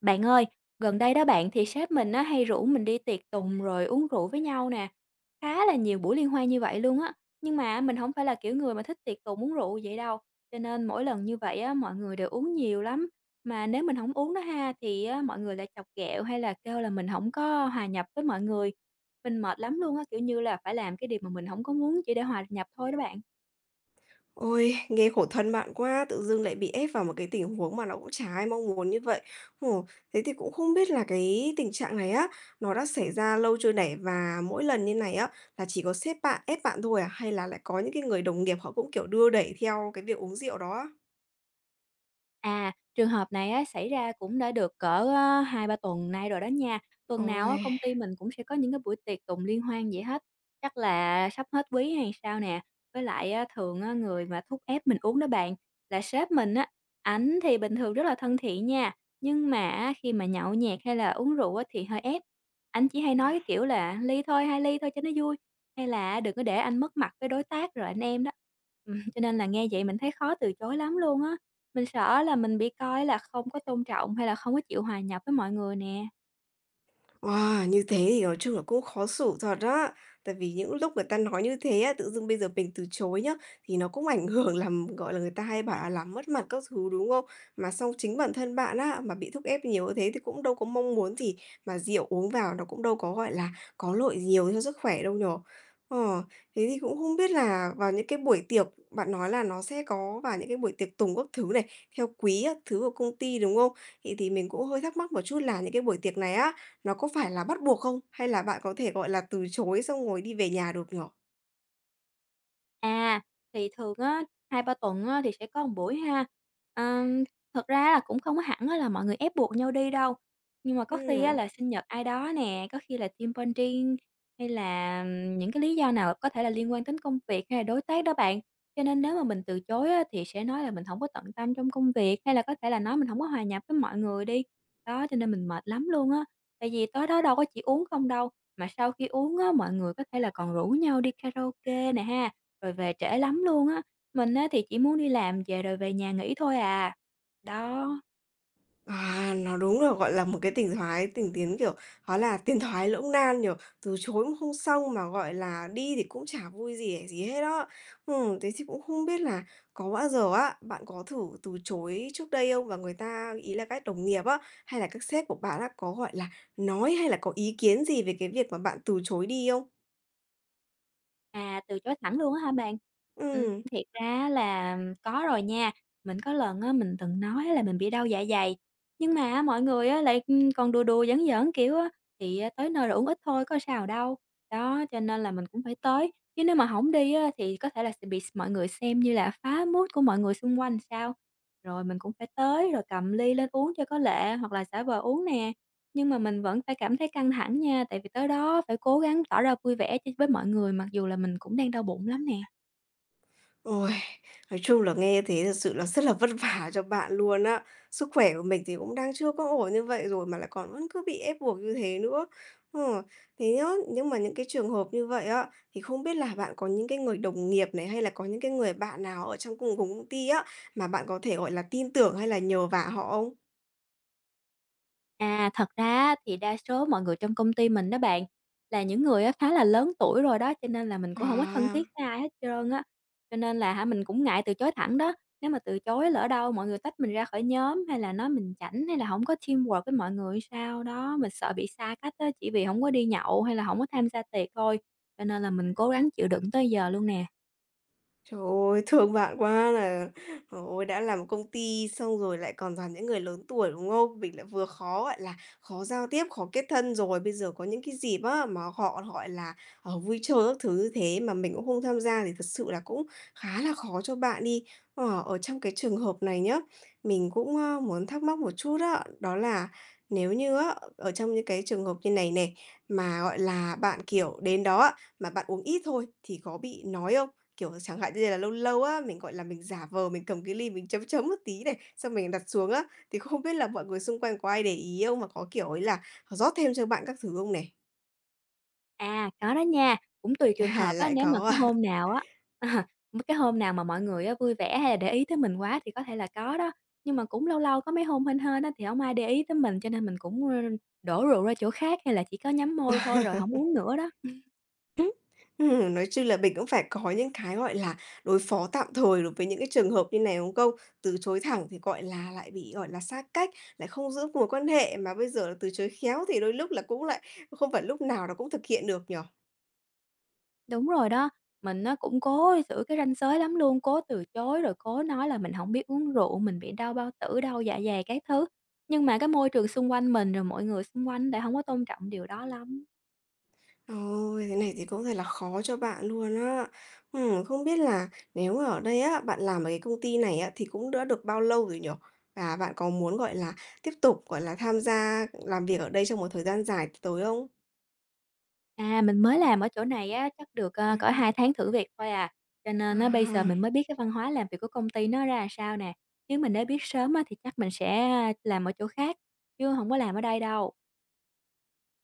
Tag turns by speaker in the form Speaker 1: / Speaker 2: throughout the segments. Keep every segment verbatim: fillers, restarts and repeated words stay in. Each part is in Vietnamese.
Speaker 1: Bạn ơi, gần đây đó bạn thì sếp mình á hay rủ mình đi tiệc tùng rồi uống rượu với nhau nè, khá là nhiều buổi liên hoan như vậy luôn á. Nhưng mà mình không phải là kiểu người mà thích tiệc tùng uống rượu vậy đâu, cho nên mỗi lần như vậy á mọi người đều uống nhiều lắm. Mà nếu mình không uống đó ha thì á mọi người lại chọc ghẹo hay là kêu là mình không có hòa nhập với mọi người. Mình mệt lắm luôn á, kiểu như là, phải làm cái điều mà mình không có muốn chỉ để hòa nhập thôi đó bạn.
Speaker 2: Ôi, nghe khổ thân bạn quá, tự dưng lại bị ép vào một cái tình huống mà nó cũng chả ai mong muốn như vậy. Ồ, thế thì cũng không biết là cái tình trạng này á, nó đã xảy ra lâu chưa nè? Và mỗi lần như này á, là chỉ có sếp bạn ép bạn thôi à? Hay là lại có những cái người đồng nghiệp họ cũng, kiểu, đưa đẩy theo cái việc uống rượu đó á?
Speaker 1: À, trường hợp này á, xảy ra cũng đã được cỡ, ơ, hai ba tuần nay rồi đó nha. Tuần nào á,
Speaker 2: Ôi.
Speaker 1: công ty mình cũng sẽ có những cái buổi tiệc tùng liên hoan vậy hết, chắc là sắp hết quý hay sao nè. Với lại á, thường á, người mà thúc ép mình uống đó bạn, là sếp mình á, ảnh thì bình thường rất là thân thiện nha, nhưng mà á, khi mà nhậu nhẹt hay là uống rượu á, thì hơi ép. Anh chỉ hay nói cái kiểu là "Ly thôi, hai ly thôi cho nó vui", hay là á "Đừng có để anh mất mặt với đối tác rồi anh em" đó. Ừm, cho nên là nghe vậy mình thấy khó từ chối lắm luôn á. Mình sợ là mình bị coi là không có tôn trọng hay là không có chịu hòa nhập với mọi người nè.
Speaker 2: Wow, như thế thì nói chung là cũng khó xử thật đó. Tại vì những lúc người ta nói như thế á, tự dưng bây giờ mình từ chối nhá, thì nó cũng ảnh hưởng làm, gọi là, người ta hay bảo là làm mất mặt các thứ, đúng không? Mà xong chính bản thân bạn á, mà bị thúc ép nhiều như thế thì cũng đâu có mong muốn gì, mà rượu uống vào nó cũng đâu có, gọi là, có lợi nhiều cho sức khỏe đâu nhở? Ờ, thế thì cũng không biết là vào những cái buổi tiệc, bạn nói là nó sẽ có vào những cái buổi tiệc tùng các thứ này, theo quý các thứ của công ty, đúng không? Vậy thì mình cũng hơi thắc mắc một chút là những cái buổi tiệc này á nó có phải là bắt buộc không? Hay là bạn có thể, gọi là, từ chối xong rồi đi về nhà được nhỉ?
Speaker 1: À, thì thường á, hai ba tuần á, thì sẽ có một buổi ha. Ờm, Thật ra là cũng không có hẳn á là mọi người ép buộc nhau đi đâu, nhưng mà có khi á
Speaker 2: Ừm.
Speaker 1: là sinh nhật ai đó nè, có khi là team bonding hay là, ừm, những cái lý do nào có thể là liên quan đến công việc hay là đối tác đó bạn. Cho nên nếu mà mình từ chối á, thì sẽ nói là mình không có tận tâm trong công việc, hay là có thể là nói mình không có hòa nhập với mọi người đi. Đó, cho nên mình mệt lắm luôn á, tại vì tối đó đâu có chỉ uống không đâu, mà sau khi uống á, mọi người có thể là còn rủ nhau đi karaoke nè ha, rồi về trễ lắm luôn á, mình á thì chỉ muốn đi làm về rồi về nhà nghỉ thôi à. Đó,
Speaker 2: À, nó đúng là, gọi là, một cái tình thoái tình tiến, kiểu, nó là tiến thoái lưỡng nan nhỉ? Từ chối cũng không xong mà, gọi là, đi thì cũng chả vui vẻ gì hết á. Ừm, thế thì cũng không biết là có bao giờ á, bạn có thử từ chối trước đây không? Và người ta ý là các đồng nghiệp á, hay là các sếp của bạn á, có, gọi là, nói hay là có ý kiến gì về cái việc mà bạn từ chối đi không?
Speaker 1: à, từ chối thẳng luôn á hả bạn? Ừm,
Speaker 2: Ừm.
Speaker 1: thiệt ra là có rồi nha, mình có lần á mình từng nói là mình bị đau dạ dày, nhưng mà á mọi người á lại, ừm, còn đùa đùa, giỡn giỡn, kiểu á, thì, a, tới nơi rồi uống ít thôi có sao đâu. Đó, cho nên là mình cũng phải tới, chứ nếu mà không đi á thì có thể là sẽ bị mọi người xem như là phá mood của mọi người xung quanh sao. Rồi mình cũng phải tới rồi cầm ly lên uống cho có lệ hoặc là giả vờ uống nè. Nhưng mà mình vẫn phải cảm thấy căng thẳng nha, tại vì tới đó phải cố gắng tỏ ra vui vẻ cho với mọi người mặc dù là mình cũng đang đau bụng lắm nè.
Speaker 2: Ôi, nói chung là nghe thế thật sự là rất là vất vả cho bạn luôn á. Sức khỏe của mình thì cũng đang chưa có ổn như vậy rồi mà lại còn vẫn cứ bị ép buộc như thế nữa. Ờ, thế nhá, nhưng mà những cái trường hợp như vậy á thì không biết là bạn có những cái người đồng nghiệp này hay là có những cái người bạn nào ở trong cùng cùng công ty á mà bạn có thể gọi là tin tưởng hay là nhờ vả họ không?
Speaker 1: À, thật ra thì đa số mọi người trong công ty mình đó bạn, là những người á khá là lớn tuổi rồi đó, cho nên là mình cũng không có thân
Speaker 2: À.
Speaker 1: thiết với ai hết trơn á. Cho nên là hả, mình cũng ngại từ chối thẳng đó, nếu mà từ chối lỡ đâu mọi người tách mình ra khỏi nhóm hay là nói mình chảnh hay là không có teamwork với mọi người sao đó, mình sợ bị xa cách á, chỉ vì không có đi nhậu hay là không có tham gia tiệc thôi, cho nên là mình cố gắng chịu đựng tới giờ luôn nè.
Speaker 2: Trời ơi, thương bạn quá là trời ơi, đã làm công ty xong rồi lại còn toàn những người lớn tuổi, đúng không? Mình lại vừa khó, gọi là, khó giao tiếp, khó kết thân rồi, bây giờ có những cái dịp á, mà họ, gọi là, ở vui chơi các thứ như thế mà mình cũng không tham gia thì thật sự là cũng khá là khó cho bạn đi. Ờ, ở trong cái trường hợp này nhá, mình cũng, ơ, muốn thắc mắc một chút đó đó là nếu như á, ở trong những cái trường hợp như này này, mà, gọi là, bạn, kiểu, đến đó á, mà bạn uống ít thôi thì có bị nói không? Kiểu, chẳng hạn như là lâu lâu á, mình, gọi là, mình giả vờ mình cầm cái ly mình chấm chấm một tí này, xong mình đặt xuống á, thì không biết là mọi người xung quanh có ai để ý không? Mà có, kiểu ấy là, họ rót thêm cho bạn các thứ không này?
Speaker 1: À, có đó nha, cũng tùy trường
Speaker 2: À,
Speaker 1: hợp á,
Speaker 2: lại
Speaker 1: nếu mà
Speaker 2: có
Speaker 1: cái
Speaker 2: à?
Speaker 1: hôm nào á à, cái hôm nào mà mọi người á vui vẻ hay là để ý tới mình quá thì có thể là có đó, nhưng mà cũng lâu lâu có mấy hôm hên hên á thì không ai để ý tới mình cho nên mình cũng, ơ, đổ rượu ra chỗ khác hay là chỉ có nhắm môi thôi rồi không uống nữa đó.
Speaker 2: Ừm, nói chung là mình cũng phải có những cái, gọi là, đối phó tạm thời đối với những cái trường hợp như này, đúng không? Từ chối thẳng thì, gọi là, lại bị, gọi là, xa cách, lại không giữ mối quan hệ, mà bây giờ là từ chối khéo thì đôi lúc là cũng lại không phải lúc nào nó cũng thực hiện được nhỉ?
Speaker 1: Đúng rồi đó, mình nó cũng cố giữ cái ranh giới lắm luôn, cố từ chối rồi cố nói là mình không biết uống rượu, mình bị đau bao tử, đau dạ dày các thứ, nhưng mà cái môi trường xung quanh mình rồi mọi người xung quanh lại không có tôn trọng điều đó lắm.
Speaker 2: Ôi, thế này thì cũng thật là khó cho bạn luôn á. Ừm, không biết là nếu ở đây á, bạn làm ở cái công ty này á, thì cũng đã được bao lâu rồi nhỉ? Và bạn có muốn, gọi là, tiếp tục, gọi là, tham gia làm việc ở đây trong một thời gian dài tới không?
Speaker 1: À, mình mới làm ở chỗ này á, chắc được, ơ, cỡ
Speaker 2: Ừm,
Speaker 1: hai tháng thử việc thôi à, cho nên á bây giờ
Speaker 2: À.
Speaker 1: mình mới biết cái văn hóa làm việc của công ty nó ra sao nè. Nếu mình đã biết sớm á thì chắc mình sẽ ờ, làm ở chỗ khác, chứ không có làm ở đây đâu.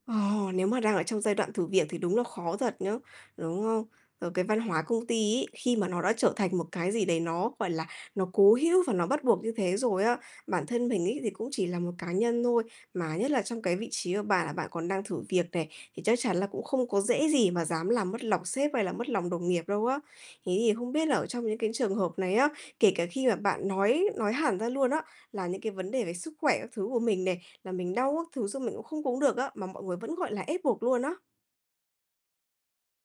Speaker 2: Ồ, nếu mà đang ở trong giai đoạn thử việc thì đúng là khó thật nhá, đúng không? Rồi cái văn hóa công ty ấy, khi mà nó đã trở thành một cái gì đấy nó, gọi là, nó cố hữu và nó bắt buộc như thế rồi á, bản thân mình ấy thì cũng chỉ là một cá nhân thôi, mà nhất là trong cái vị trí của bạn là bạn còn đang thử việc này, thì chắc chắn là cũng không có dễ gì mà dám làm mất lòng sếp hay là mất lòng đồng nghiệp đâu á. Thế thì không biết là ở trong những cái trường hợp này á, kể cả khi mà bạn nói nói hẳn ra luôn á, là những cái vấn đề về sức khỏe các thứ của mình này, là mình đau các thứ xong mình cũng không uống được á, mà mọi người vẫn gọi là ép buộc luôn á.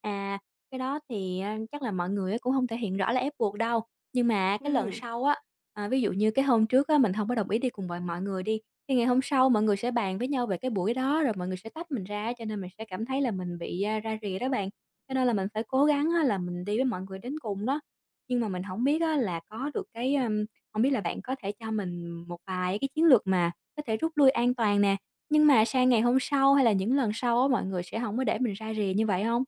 Speaker 1: À, cái đó thì, a, chắc là mọi người á cũng không thể hiện rõ là ép buộc đâu, nhưng mà cái lần sau á, à, ví dụ như cái hôm trước á mình không có đồng ý đi cùng mọi mọi người đi, thì ngày hôm sau mọi
Speaker 2: Ừm.
Speaker 1: người sẽ bàn với nhau về cái buổi đó rồi mọi người sẽ tách mình ra cho nên mình sẽ cảm thấy là mình bị, a, ra rìa đó bạn. Cho nên là mình phải cố gắng á là mình đi với mọi người đến cùng đó. Nhưng mà mình không biết á là có được cái, ưm hông biết là bạn có thể cho mình một vài cái chiến lược mà có thể rút lui an toàn nè, nhưng mà sang ngày hôm sau hay là những lần sau á mọi người sẽ không có để mình ra rìa như vậy không.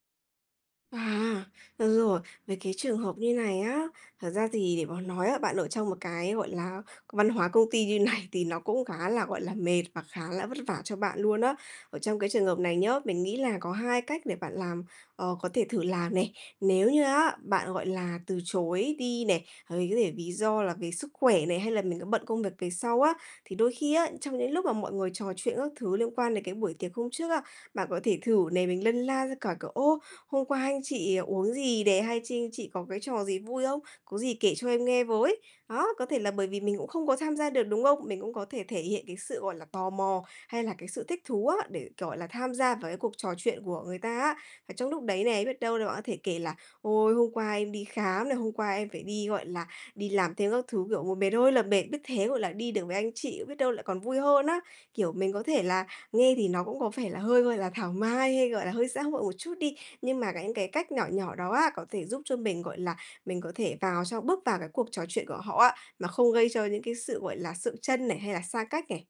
Speaker 2: À, được rồi, về cái trường hợp như này á, thật ra thì để mà nói á, bạn ở trong một cái, gọi là, văn hóa công ty như này thì nó cũng khá là, gọi là, mệt và khá là vất vả cho bạn luôn á. Ở trong cái trường hợp này nhá, mình nghĩ là có hai cách để bạn làm ờ, có thể thử làm này. Nếu như á, bạn, gọi là, từ chối đi này, ờ, có thể lý do là về sức khỏe này, hay là mình có bận công việc về sau á, thì đôi khi á, trong những lúc mà mọi người trò chuyện các thứ liên quan đến cái buổi tiệc hôm trước á, bạn có thể thử này, mình lân la ra khỏi cửa "Ô, hôm qua anh chị uống gì để hay chi chị có cái trò gì vui không? Có gì kể cho em nghe với." Đó, có thể là bởi vì mình cũng không có tham gia được, đúng không? Mình cũng có thể thể hiện cái sự, gọi là, tò mò hay là cái sự thích thú á, để, gọi là, tham gia vào cái cuộc trò chuyện của người ta á. Và trong lúc đấy này, biết đâu là bạn có thể kể là "Ôi, hôm qua em đi khám này, hôm qua em phải đi, gọi là, đi làm thêm các thứ, kiểu, một mệt ơi là mệt." Biết thế, gọi là, đi được với anh chị biết đâu lại còn vui hơn á. Kiểu, mình có thể là nghe thì nó cũng có vẻ là hơi, gọi là, thảo mai hay, gọi là, hơi xã hội một chút đi. Nhưng mà những cái cách nhỏ nhỏ đó á, có thể giúp cho mình, gọi là, mình có thể vào trong bước vào cái cuộc trò chuyện của họ á, mà không gây cho những cái sự, gọi là, sự chân này, hay là xa cách này.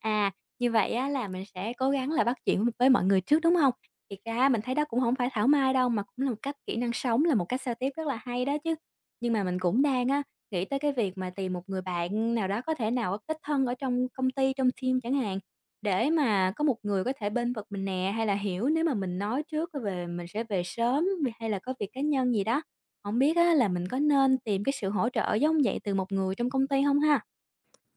Speaker 1: À, như vậy á là mình sẽ cố gắng là bắt chuyện với mọi người trước, đúng hông? Thiệt ra á mình thấy đó cũng hổng phải thảo mai đâu, mà cũng là một cách kỹ năng sống, là một cách giao tiếp rất là hay đó chứ. Nhưng mà mình cũng đang á, nghĩ tới cái việc mà tìm một người bạn nào đó có thể nào á kết thân ở trong công ty, trong team chẳng hạn, để mà có một người có thể bênh vực mình nè, hay là hiểu nếu mà mình nói trước về mình sẽ về sớm, hay là có việc cá nhân gì đó. Hổng biết á là mình có nên tìm cái sự hỗ trợ giống vậy từ một người trong công ty hông ha?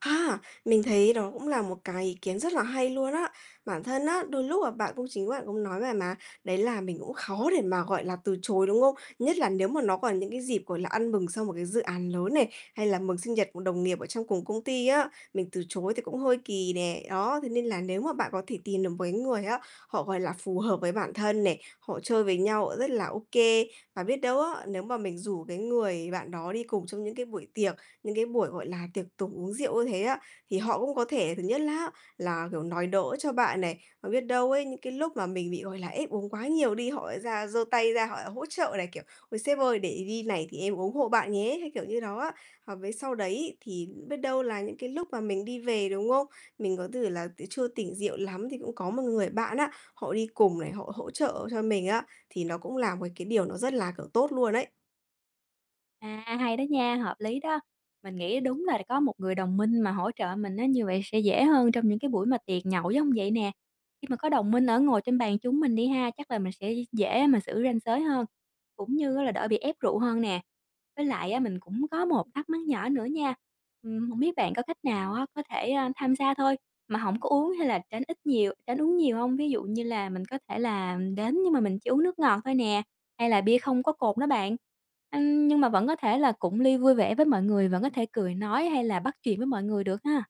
Speaker 2: À, mình thấy đó cũng là một cái ý kiến rất là hay luôn á. Bản thân á, đôi lúc mà bạn cũng chính bạn cũng nói về mà, đấy là mình cũng khó để mà, gọi là, từ chối, đúng không? Nhất là nếu mà nó còn những cái dịp, gọi là, ăn mừng sau một cái dự án lớn này, hay là mừng sinh nhật của đồng nghiệp ở trong cùng công ty á, mình từ chối thì cũng hơi kỳ nè. Đó, thế nên là nếu mà bạn có thể tìm được một cái người á, họ, gọi là, phù hợp với bản thân này, họ chơi với nhau rất là ok. Và biết đâu á, nếu mà mình rủ cái người bạn đó đi cùng trong những cái buổi tiệc, những cái buổi, gọi là, tiệc tùng uống rượu như thế á, thì họ cũng có thể thứ nhất là là, kiểu, nói đỡ cho bạn này, và biết đâu ấy, những cái lúc mà mình bị, gọi là, ép uống quá nhiều đi, họ lại ra giơ tay ra họ lại hỗ trợ này, kiểu: "Ôi, sếp ơi, để đi này thì em ủng hộ bạn nhé." Hay kiểu như đó á. Và với sau đấy thì biết đâu là những cái lúc mà mình đi về, đúng không? Mình có thể là chưa tỉnh rượu lắm thì cũng có một người bạn á, họ đi cùng này, họ hỗ trợ cho mình á, thì nó cũng là một cái điều nó rất là, kiểu, tốt luôn đấy.
Speaker 1: À, hay đó nha, hợp lý đó. Mình nghĩ đúng là có một người đồng minh mà hỗ trợ mình á, như vậy sẽ dễ hơn trong những cái buổi mà tiệc nhậu giống vậy nè. Khi mà có đồng minh ở ngồi trên bàn chúng mình đi ha, chắc là mình sẽ dễ mà xử ranh giới hơn, cũng như là đỡ bị ép rượu hơn nè. Với lại á, mình cũng có một thắc mắc nhỏ nữa nha, ừm, hổng biết bạn có cách nào á, có thể, a, tham gia thôi, mà không có uống hay là tránh ít nhiều tránh uống nhiều không? Ví dụ như là mình có thể là đến nhưng mà mình chỉ uống nước ngọt thôi nè, hay là bia không có cồn đó bạn. Ưm, nhưng mà vẫn có thể là cụng ly vui vẻ với mọi người, vẫn có thể cười nói hay là bắt chuyện với mọi người được ha.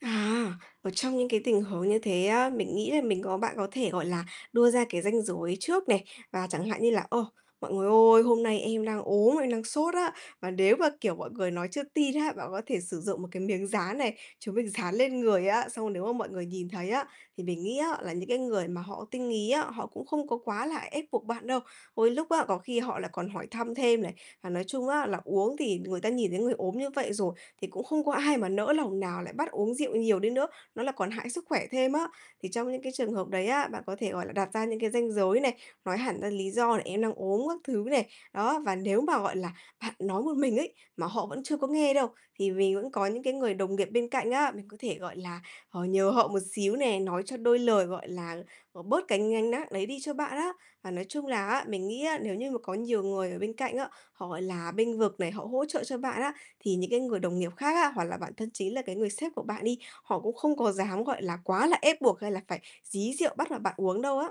Speaker 2: À, ở trong những cái tình huống như thế á, mình nghĩ là mình có bạn có thể, gọi là, đưa ra cái ranh giới trước này, và chẳng hạn như là "Ô, mọi người ơi, hôm nay em đang ốm, em đang sốt á." Và nếu mà, kiểu, mọi người nói chưa tin á, bạn có thể sử dụng một cái miếng dán này, chúng mình dán lên người á, xong rồi nếu mà mọi người nhìn thấy á, thì mình nghĩ á là những cái người mà họ tinh ý á, họ cũng không có quá là ép buộc bạn đâu. Đôi lúc á, có khi họ lại còn hỏi thăm thêm này, và nói chung á là uống thì người ta nhìn thấy người ốm như vậy rồi thì cũng không có ai mà nỡ lòng nào lại bắt uống rượu nhiều đi nữa, nó là còn hại sức khỏe thêm á. Thì trong những cái trường hợp đấy á, bạn có thể, gọi là, đặt ra những cái ranh giới này, nói hẳn ra lý do là "Em đang ốm" các thứ này. Đó, và nếu mà, gọi là, bạn nói một mình ấy, mà họ vẫn chưa có nghe đâu, thì mình vẫn có những cái người đồng nghiệp bên cạnh á, mình có thể, gọi là, ờ, nhờ họ một xíu này, nói cho đôi lời, gọi là, ờ, bớt cái gánh nặng đấy đi cho bạn á. Và nói chung là á, mình nghĩ á, nếu như mà có nhiều người ở bên cạnh á, họ, gọi là, bênh vực này, họ hỗ trợ cho bạn á, thì những cái người đồng nghiệp khác á, hoặc là bản thân chính là cái người sếp của bạn đi, họ cũng không có dám, gọi là, quá là ép buộc hay là phải dí rượu bắt là bạn uống đâu á.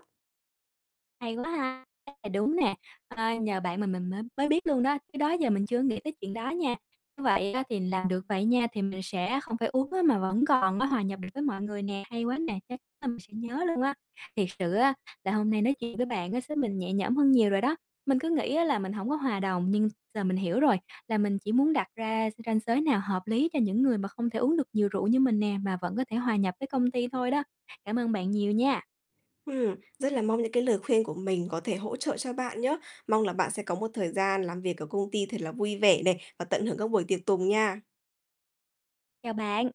Speaker 1: Hay quá ha! À, đúng nè, ờ, nhờ bạn mà mình mới mới biết luôn đó, chứ đó giờ mình chưa nghĩ tới chuyện đó nha. Như vậy á thì làm được vậy nha, thì mình sẽ không phải uống á mà vẫn còn á hòa nhập được với mọi người nè, hay quá nè, chắc chắn là mình sẽ nhớ luôn á. Thiệt sự á là hôm nay nói chuyện với bạn á xới mình nhẹ nhõm hơn nhiều rồi đó. Mình cứ nghĩ á là mình không có hòa đồng, nhưng giờ mình hiểu rồi, là mình chỉ muốn đặt ra ranh giới nào hợp lý cho những người mà không thể uống được nhiều rượu như mình nè, mà vẫn có thể hòa nhập với công ty thôi đó. Cảm ơn bạn nhiều nha.
Speaker 2: Ừm, rất là mong những cái lời khuyên của mình có thể hỗ trợ cho bạn nhá. Mong là bạn sẽ có một thời gian làm việc ở công ty thật là vui vẻ này, và tận hưởng các buổi tiệc tùng nha.
Speaker 1: Chào bạn.